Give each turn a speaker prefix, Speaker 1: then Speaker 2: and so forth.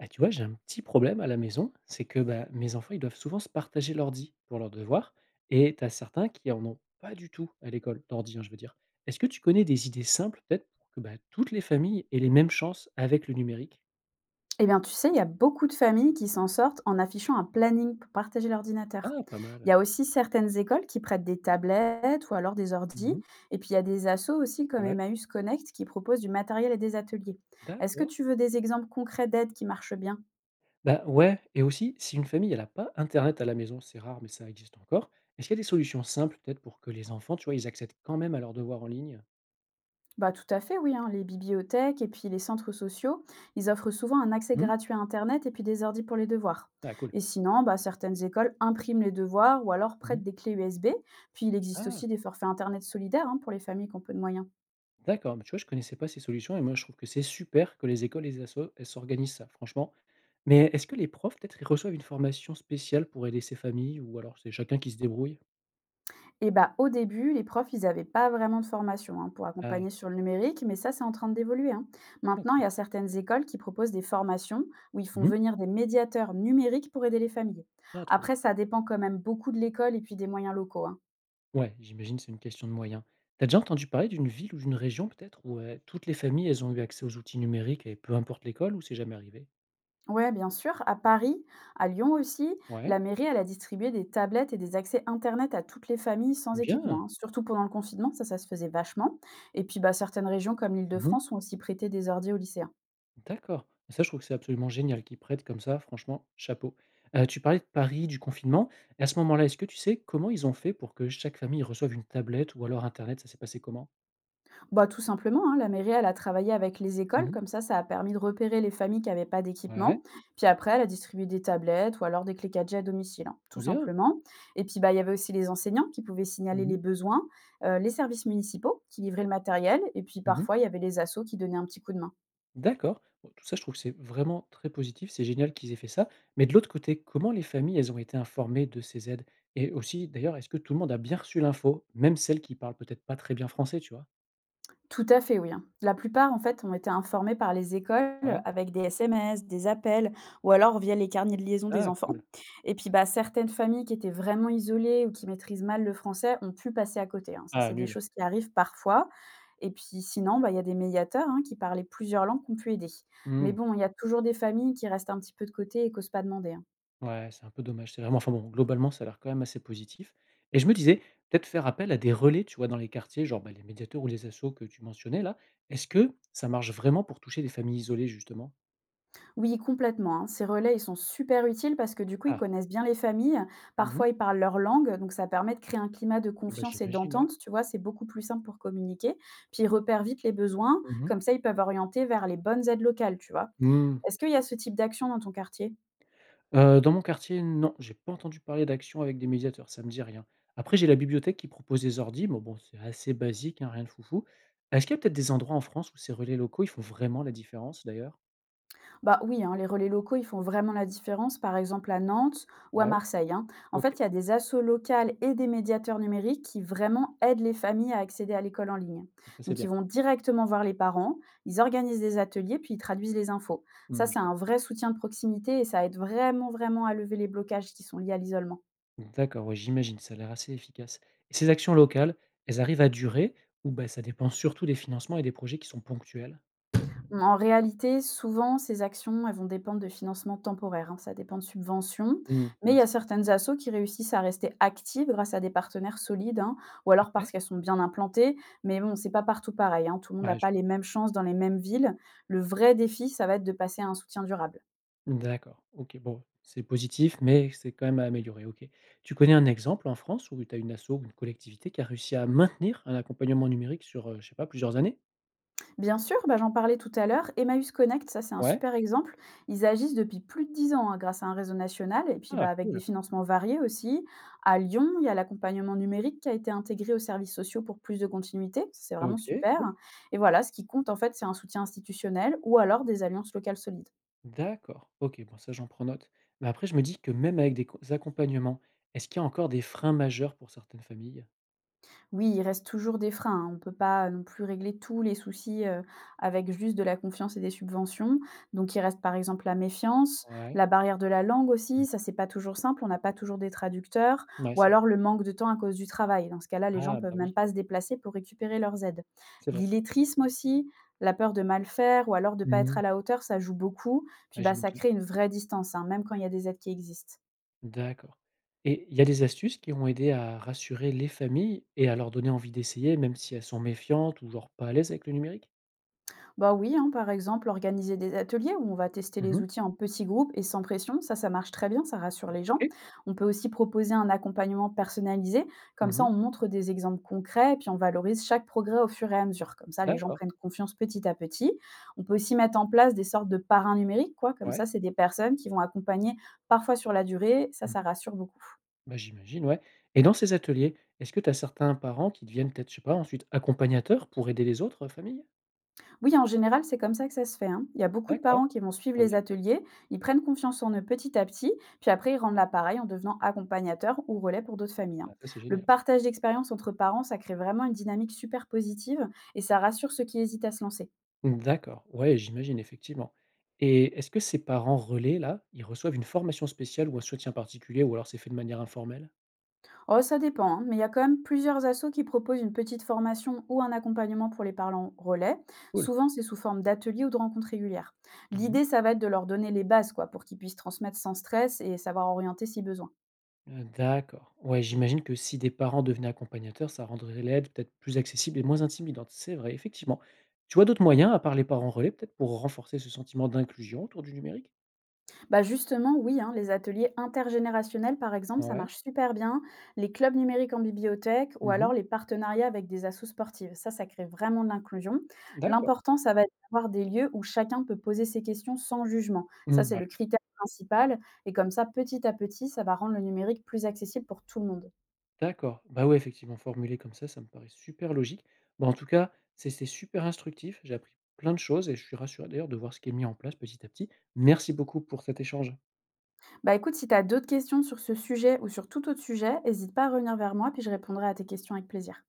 Speaker 1: Ah, tu vois, j'ai un petit problème à la maison, c'est que bah, mes enfants, ils doivent souvent se partager l'ordi pour leurs devoirs, et t'as certains qui en ont pas du tout à l'école, d'ordi, hein, je veux dire. Est-ce que tu connais des idées simples, peut-être, pour que bah, toutes les familles aient les mêmes chances avec le numérique?
Speaker 2: Eh bien, tu sais, il y a beaucoup de familles qui s'en sortent en affichant un planning pour partager l'ordinateur.
Speaker 1: Ah, pas
Speaker 2: Il y
Speaker 1: mal.
Speaker 2: a aussi certaines écoles qui prêtent des tablettes ou alors des ordis.
Speaker 1: Mhm.
Speaker 2: Et puis, il y a des assos aussi comme
Speaker 1: Ouais,
Speaker 2: Emmaüs Connect qui proposent du matériel et des ateliers. Est-ce que
Speaker 1: d'accord.
Speaker 2: tu veux des exemples concrets d'aides qui marchent bien.
Speaker 1: Bah ouais, et aussi, si une famille, elle n'a pas Internet à la maison, c'est rare, mais ça existe encore, est-ce qu'il y a des solutions simples, peut-être, pour que les enfants, tu vois, ils accèdent quand même à leurs devoirs en ligne?
Speaker 2: Bah, tout à fait, oui, hein. Les bibliothèques et puis les centres sociaux, ils offrent souvent un accès
Speaker 1: Mhm.
Speaker 2: gratuit à Internet et puis des ordi pour les devoirs.
Speaker 1: Ah, cool.
Speaker 2: Et sinon, bah, certaines écoles impriment les devoirs ou alors
Speaker 1: Mhm.
Speaker 2: prêtent des clés USB. Puis il existe
Speaker 1: Ah.
Speaker 2: aussi des forfaits Internet solidaires, hein, pour les familles qui ont peu de moyens.
Speaker 1: D'accord, bah, tu vois, je connaissais pas ces solutions et moi, je trouve que c'est super que les écoles et les assos, elles s'organisent ça, franchement. Mais est-ce que les profs, peut-être, ils reçoivent une formation spéciale pour aider ces familles ou alors c'est chacun qui se débrouille?
Speaker 2: Et bah, au début, les profs, ils n'avaient pas vraiment de formation, hein, pour
Speaker 1: Ah,
Speaker 2: accompagner sur le numérique, mais ça, c'est en train d'évoluer, hein.
Speaker 1: ah,
Speaker 2: Maintenant, il y
Speaker 1: cool.
Speaker 2: a certaines écoles qui proposent des formations où ils font
Speaker 1: Mmh.
Speaker 2: venir des médiateurs numériques pour aider les familles.
Speaker 1: Ah, trop bien.
Speaker 2: Après, ça dépend quand même beaucoup de l'école et puis des moyens locaux, hein.
Speaker 1: Ouais, j'imagine c'est une question de moyens. T'as déjà entendu parler d'une ville ou d'une région, peut-être, où toutes les familles, elles ont eu accès aux outils numériques et peu importe l'école ou c'est jamais arrivé?
Speaker 2: Ouais, bien sûr. À Paris, à Lyon aussi,
Speaker 1: Ouais.
Speaker 2: la mairie, elle a distribué des tablettes et des accès Internet à toutes les familles sans
Speaker 1: Bien.
Speaker 2: équipement, hein. Surtout pendant le confinement, ça se faisait vachement. Et puis, bah, certaines régions comme
Speaker 1: Mhm.
Speaker 2: l'Île-de-France ont aussi prêté des ordi aux lycéens.
Speaker 1: D'accord. Ça, je trouve que c'est absolument génial qu'ils prêtent comme ça, franchement, chapeau. Tu parlais de Paris, du confinement à ce moment-là, est-ce que tu sais comment ils ont fait pour que chaque famille reçoive une tablette ou alors internet? Ça s'est passé comment?
Speaker 2: Bah, tout simplement, hein, la mairie, elle a travaillé avec les écoles,
Speaker 1: Mmh.
Speaker 2: comme ça a permis de repérer les familles qui n'avaient pas
Speaker 1: Ouais,
Speaker 2: d'équipement. Puis après, elle a distribué des tablettes ou alors des clés 4G à domicile, hein, tout
Speaker 1: trop bien.
Speaker 2: simplement. Et puis, bah, il y avait aussi les enseignants qui pouvaient signaler
Speaker 1: Mmh
Speaker 2: les
Speaker 1: mh.
Speaker 2: besoins, les services municipaux qui livraient le matériel, et puis
Speaker 1: Mmh.
Speaker 2: parfois, il y avait les assos qui donnaient un petit coup de main.
Speaker 1: D'accord. Bon, tout ça, je trouve que c'est vraiment très positif, c'est génial qu'ils aient fait ça. Mais de l'autre côté, comment les familles, elles ont été informées de ces aides? Et aussi, d'ailleurs, est-ce que tout le monde a bien reçu l'info? Même celles qui parlent peut-être pas très bien français, tu vois?
Speaker 2: Tout à fait, oui, hein. La plupart, en fait, ont été informés par les écoles
Speaker 1: Ouais.
Speaker 2: avec des SMS, des appels ou alors via les carnets de liaison des
Speaker 1: Ah,
Speaker 2: enfants.
Speaker 1: cool.
Speaker 2: Et puis, bah, certaines familles qui étaient vraiment isolées ou qui maîtrisent mal le français ont pu passer à côté, hein. Ça,
Speaker 1: Ah,
Speaker 2: c'est des
Speaker 1: nul.
Speaker 2: choses qui arrivent parfois. Et puis, sinon, bah, il y a des médiateurs, hein, qui parlaient plusieurs langues, qui ont pu aider. Mais
Speaker 1: Mmh.
Speaker 2: bon, il y a toujours des familles qui restent un petit peu de côté et qui osent pas demander, hein.
Speaker 1: Ouais, c'est un peu dommage. C'est vraiment enfin bon, globalement, ça a l'air quand même assez positif et je me disais, peut-être faire appel à des relais, tu vois, dans les quartiers, genre, bah, les médiateurs ou les assos que tu mentionnais là. Est-ce que ça marche vraiment pour toucher des familles isolées, justement?
Speaker 2: Oui, complètement, hein. Ces relais, ils sont super utiles parce que du coup, ils
Speaker 1: Ah.
Speaker 2: connaissent bien les familles.
Speaker 1: Mmh.
Speaker 2: Parfois, ils parlent leur langue, donc ça permet de créer un climat de
Speaker 1: Bah,
Speaker 2: confiance et
Speaker 1: j'imagine, ouais.
Speaker 2: d'entente. Tu vois, c'est beaucoup plus simple pour communiquer. Puis, ils repèrent vite les besoins.
Speaker 1: Mmh mh.
Speaker 2: Comme ça, ils peuvent orienter vers les bonnes aides locales, tu vois.
Speaker 1: Mmh.
Speaker 2: Est-ce qu'il y a ce type d'action dans ton quartier.
Speaker 1: Dans mon quartier, non, j'ai pas entendu parler d'action avec des médiateurs, ça me dit rien. Après, j'ai la bibliothèque qui propose des ordis, mais bon, c'est assez basique, hein, rien de foufou. Est-ce qu'il y a peut-être des endroits en France où ces relais locaux, ils font vraiment la différence, d'ailleurs?
Speaker 2: Bah oui, hein, les relais locaux, ils font vraiment la différence, par exemple à Nantes ou à
Speaker 1: Ouais,
Speaker 2: Marseille, hein. En
Speaker 1: OK.
Speaker 2: fait, il y a des assos locales et des médiateurs numériques qui vraiment aident les familles à accéder à l'école en ligne.
Speaker 1: Ça, c'est
Speaker 2: Donc, ils
Speaker 1: bien.
Speaker 2: vont directement voir les parents, ils organisent des ateliers, puis ils traduisent les infos. Ça,
Speaker 1: Mmh, je
Speaker 2: c'est
Speaker 1: vois.
Speaker 2: un vrai soutien de proximité et ça aide vraiment, vraiment à lever les blocages qui sont liés à l'isolement.
Speaker 1: D'accord, ouais, j'imagine, ça a l'air assez efficace. Et ces actions locales, elles arrivent à durer ou bah, ça dépend surtout des financements et des projets qui sont ponctuels?
Speaker 2: Mmh, en réalité, souvent, ces actions, elles vont dépendre de financements temporaires, hein, ça dépend de subventions,
Speaker 1: Mmh,
Speaker 2: mais il y a
Speaker 1: mince.
Speaker 2: certaines assos qui réussissent à rester actives grâce à des partenaires solides, hein, ou
Speaker 1: Ah
Speaker 2: alors parce
Speaker 1: ouais?
Speaker 2: qu'elles sont bien implantées. Mais bon, c'est pas partout pareil, hein, tout le monde n'a
Speaker 1: Ouais, je
Speaker 2: pas les
Speaker 1: vois.
Speaker 2: mêmes chances dans les mêmes villes. Le vrai défi, ça va être de passer à un soutien durable.
Speaker 1: D'accord, OK, bon, c'est positif, mais c'est quand même à améliorer, OK. Tu connais un exemple en France où tu as une asso ou une collectivité qui a réussi à maintenir un accompagnement numérique sur, je sais pas, plusieurs années?
Speaker 2: Bien sûr, bah, j'en parlais tout à l'heure. Emmaüs Connect, ça c'est un
Speaker 1: Ouais.
Speaker 2: super exemple. Ils agissent depuis plus de 10 ans, hein, grâce à un réseau national et puis bah,
Speaker 1: Ah
Speaker 2: avec des
Speaker 1: cool!
Speaker 2: financements variés aussi. À Lyon, il y a l'accompagnement numérique qui a été intégré aux services sociaux pour plus de continuité. Ça, c'est vraiment
Speaker 1: OK,
Speaker 2: super.
Speaker 1: cool.
Speaker 2: Et voilà, ce qui compte en fait, c'est un soutien institutionnel ou alors des alliances locales solides.
Speaker 1: D'accord, OK, bon ça j'en prends note. Mais après je me dis que même avec des co accompagnements, est-ce qu'il y a encore des freins majeurs pour certaines familles?
Speaker 2: Oui, il reste toujours des freins, hein. On ne peut pas non plus régler tous les soucis, avec juste de la confiance et des subventions. Donc il reste par exemple la méfiance,
Speaker 1: Ouais.
Speaker 2: la barrière de la langue aussi,
Speaker 1: Mmh.
Speaker 2: ça c'est pas toujours simple, on n'a pas toujours des traducteurs
Speaker 1: Mouais,
Speaker 2: ou
Speaker 1: c'est vrai.
Speaker 2: alors le manque de temps à cause du travail. Dans ce cas-là, les gens
Speaker 1: Ah
Speaker 2: peuvent
Speaker 1: bah oui,
Speaker 2: même pas se déplacer pour récupérer leurs aides.
Speaker 1: c'est vrai.
Speaker 2: L'illettrisme aussi, la peur de mal faire ou alors de pas être
Speaker 1: Mmh.
Speaker 2: à la hauteur, ça joue beaucoup. Puis,
Speaker 1: Ah
Speaker 2: bah, ça
Speaker 1: j'imagine.
Speaker 2: crée une vraie distance, hein, même quand il y a des aides qui existent.
Speaker 1: D'accord, et il y a des astuces qui ont aidé à rassurer les familles et à leur donner envie d'essayer, même si elles sont méfiantes ou genre pas à l'aise avec le numérique?
Speaker 2: Bah oui, hein, par exemple, organiser des ateliers où on va tester les
Speaker 1: Mmh.
Speaker 2: outils en petits groupes et sans pression, ça marche très bien, ça rassure les gens.
Speaker 1: OK.
Speaker 2: On peut aussi proposer un accompagnement personnalisé, comme ça
Speaker 1: Mmh.
Speaker 2: on montre des exemples concrets et puis on valorise chaque progrès au fur et à mesure. Comme ça, les gens
Speaker 1: D'accord.
Speaker 2: prennent confiance petit à petit. On peut aussi mettre en place des sortes de parrains numériques, quoi. Comme
Speaker 1: Ouais.
Speaker 2: ça, c'est des personnes qui vont accompagner parfois sur la durée, ça
Speaker 1: Mmh.
Speaker 2: rassure beaucoup.
Speaker 1: Bah j'imagine, ouais, et dans ces ateliers, est-ce que tu as certains parents qui deviennent peut-être, je sais pas, ensuite accompagnateurs pour aider les autres familles?
Speaker 2: Oui, en général, c'est comme ça que ça se fait, hein. Il y a beaucoup de
Speaker 1: D'accord,
Speaker 2: parents qui vont suivre
Speaker 1: trop
Speaker 2: les
Speaker 1: bien.
Speaker 2: ateliers, ils prennent confiance en eux petit à petit, puis après ils rendent l'appareil en devenant accompagnateurs ou relais pour d'autres familles, hein.
Speaker 1: Ah ça, c'est
Speaker 2: Le
Speaker 1: génial.
Speaker 2: partage d'expérience entre parents, ça crée vraiment une dynamique super positive et ça rassure ceux qui hésitent à se lancer.
Speaker 1: D'accord, ouais, j'imagine effectivement. Et est-ce que ces parents relais là, ils reçoivent une formation spéciale ou un soutien particulier ou alors c'est fait de manière informelle?
Speaker 2: Oh, ça dépend, hein, mais il y a quand même plusieurs assos qui proposent une petite formation ou un accompagnement pour les parents relais.
Speaker 1: Cool.
Speaker 2: Souvent, c'est sous forme d'ateliers ou de rencontres régulières.
Speaker 1: Mhm.
Speaker 2: L'idée, ça va être de leur donner les bases, quoi, pour qu'ils puissent transmettre sans stress et savoir orienter si besoin.
Speaker 1: D'accord. Ouais, j'imagine que si des parents devenaient accompagnateurs, ça rendrait l'aide peut-être plus accessible et moins intimidante. C'est vrai, effectivement. Tu vois d'autres moyens, à part les parents relais, peut-être pour renforcer ce sentiment d'inclusion autour du numérique?
Speaker 2: Bah justement, oui, hein, les ateliers intergénérationnels, par exemple, ça
Speaker 1: Ouais.
Speaker 2: marche super bien. Les clubs numériques en bibliothèque ou alors
Speaker 1: Mmh.
Speaker 2: les partenariats avec des assos sportives. Ça crée vraiment de l'inclusion.
Speaker 1: D'accord.
Speaker 2: L'important, ça va être d'avoir des lieux où chacun peut poser ses questions sans jugement. Ça,
Speaker 1: Mmh,
Speaker 2: c'est
Speaker 1: ouais.
Speaker 2: le critère principal. Et comme ça, petit à petit, ça va rendre le numérique plus accessible pour tout le monde.
Speaker 1: D'accord. Bah, ouais, effectivement, formulé comme ça me paraît super logique. Bah, en tout cas, c'est super instructif. J'ai appris plein de choses et je suis rassuré d'ailleurs de voir ce qui est mis en place petit à petit. Merci beaucoup pour cet échange.
Speaker 2: Bah écoute, si tu as d'autres questions sur ce sujet ou sur tout autre sujet, n'hésite pas à revenir vers moi, puis je répondrai à tes questions avec plaisir.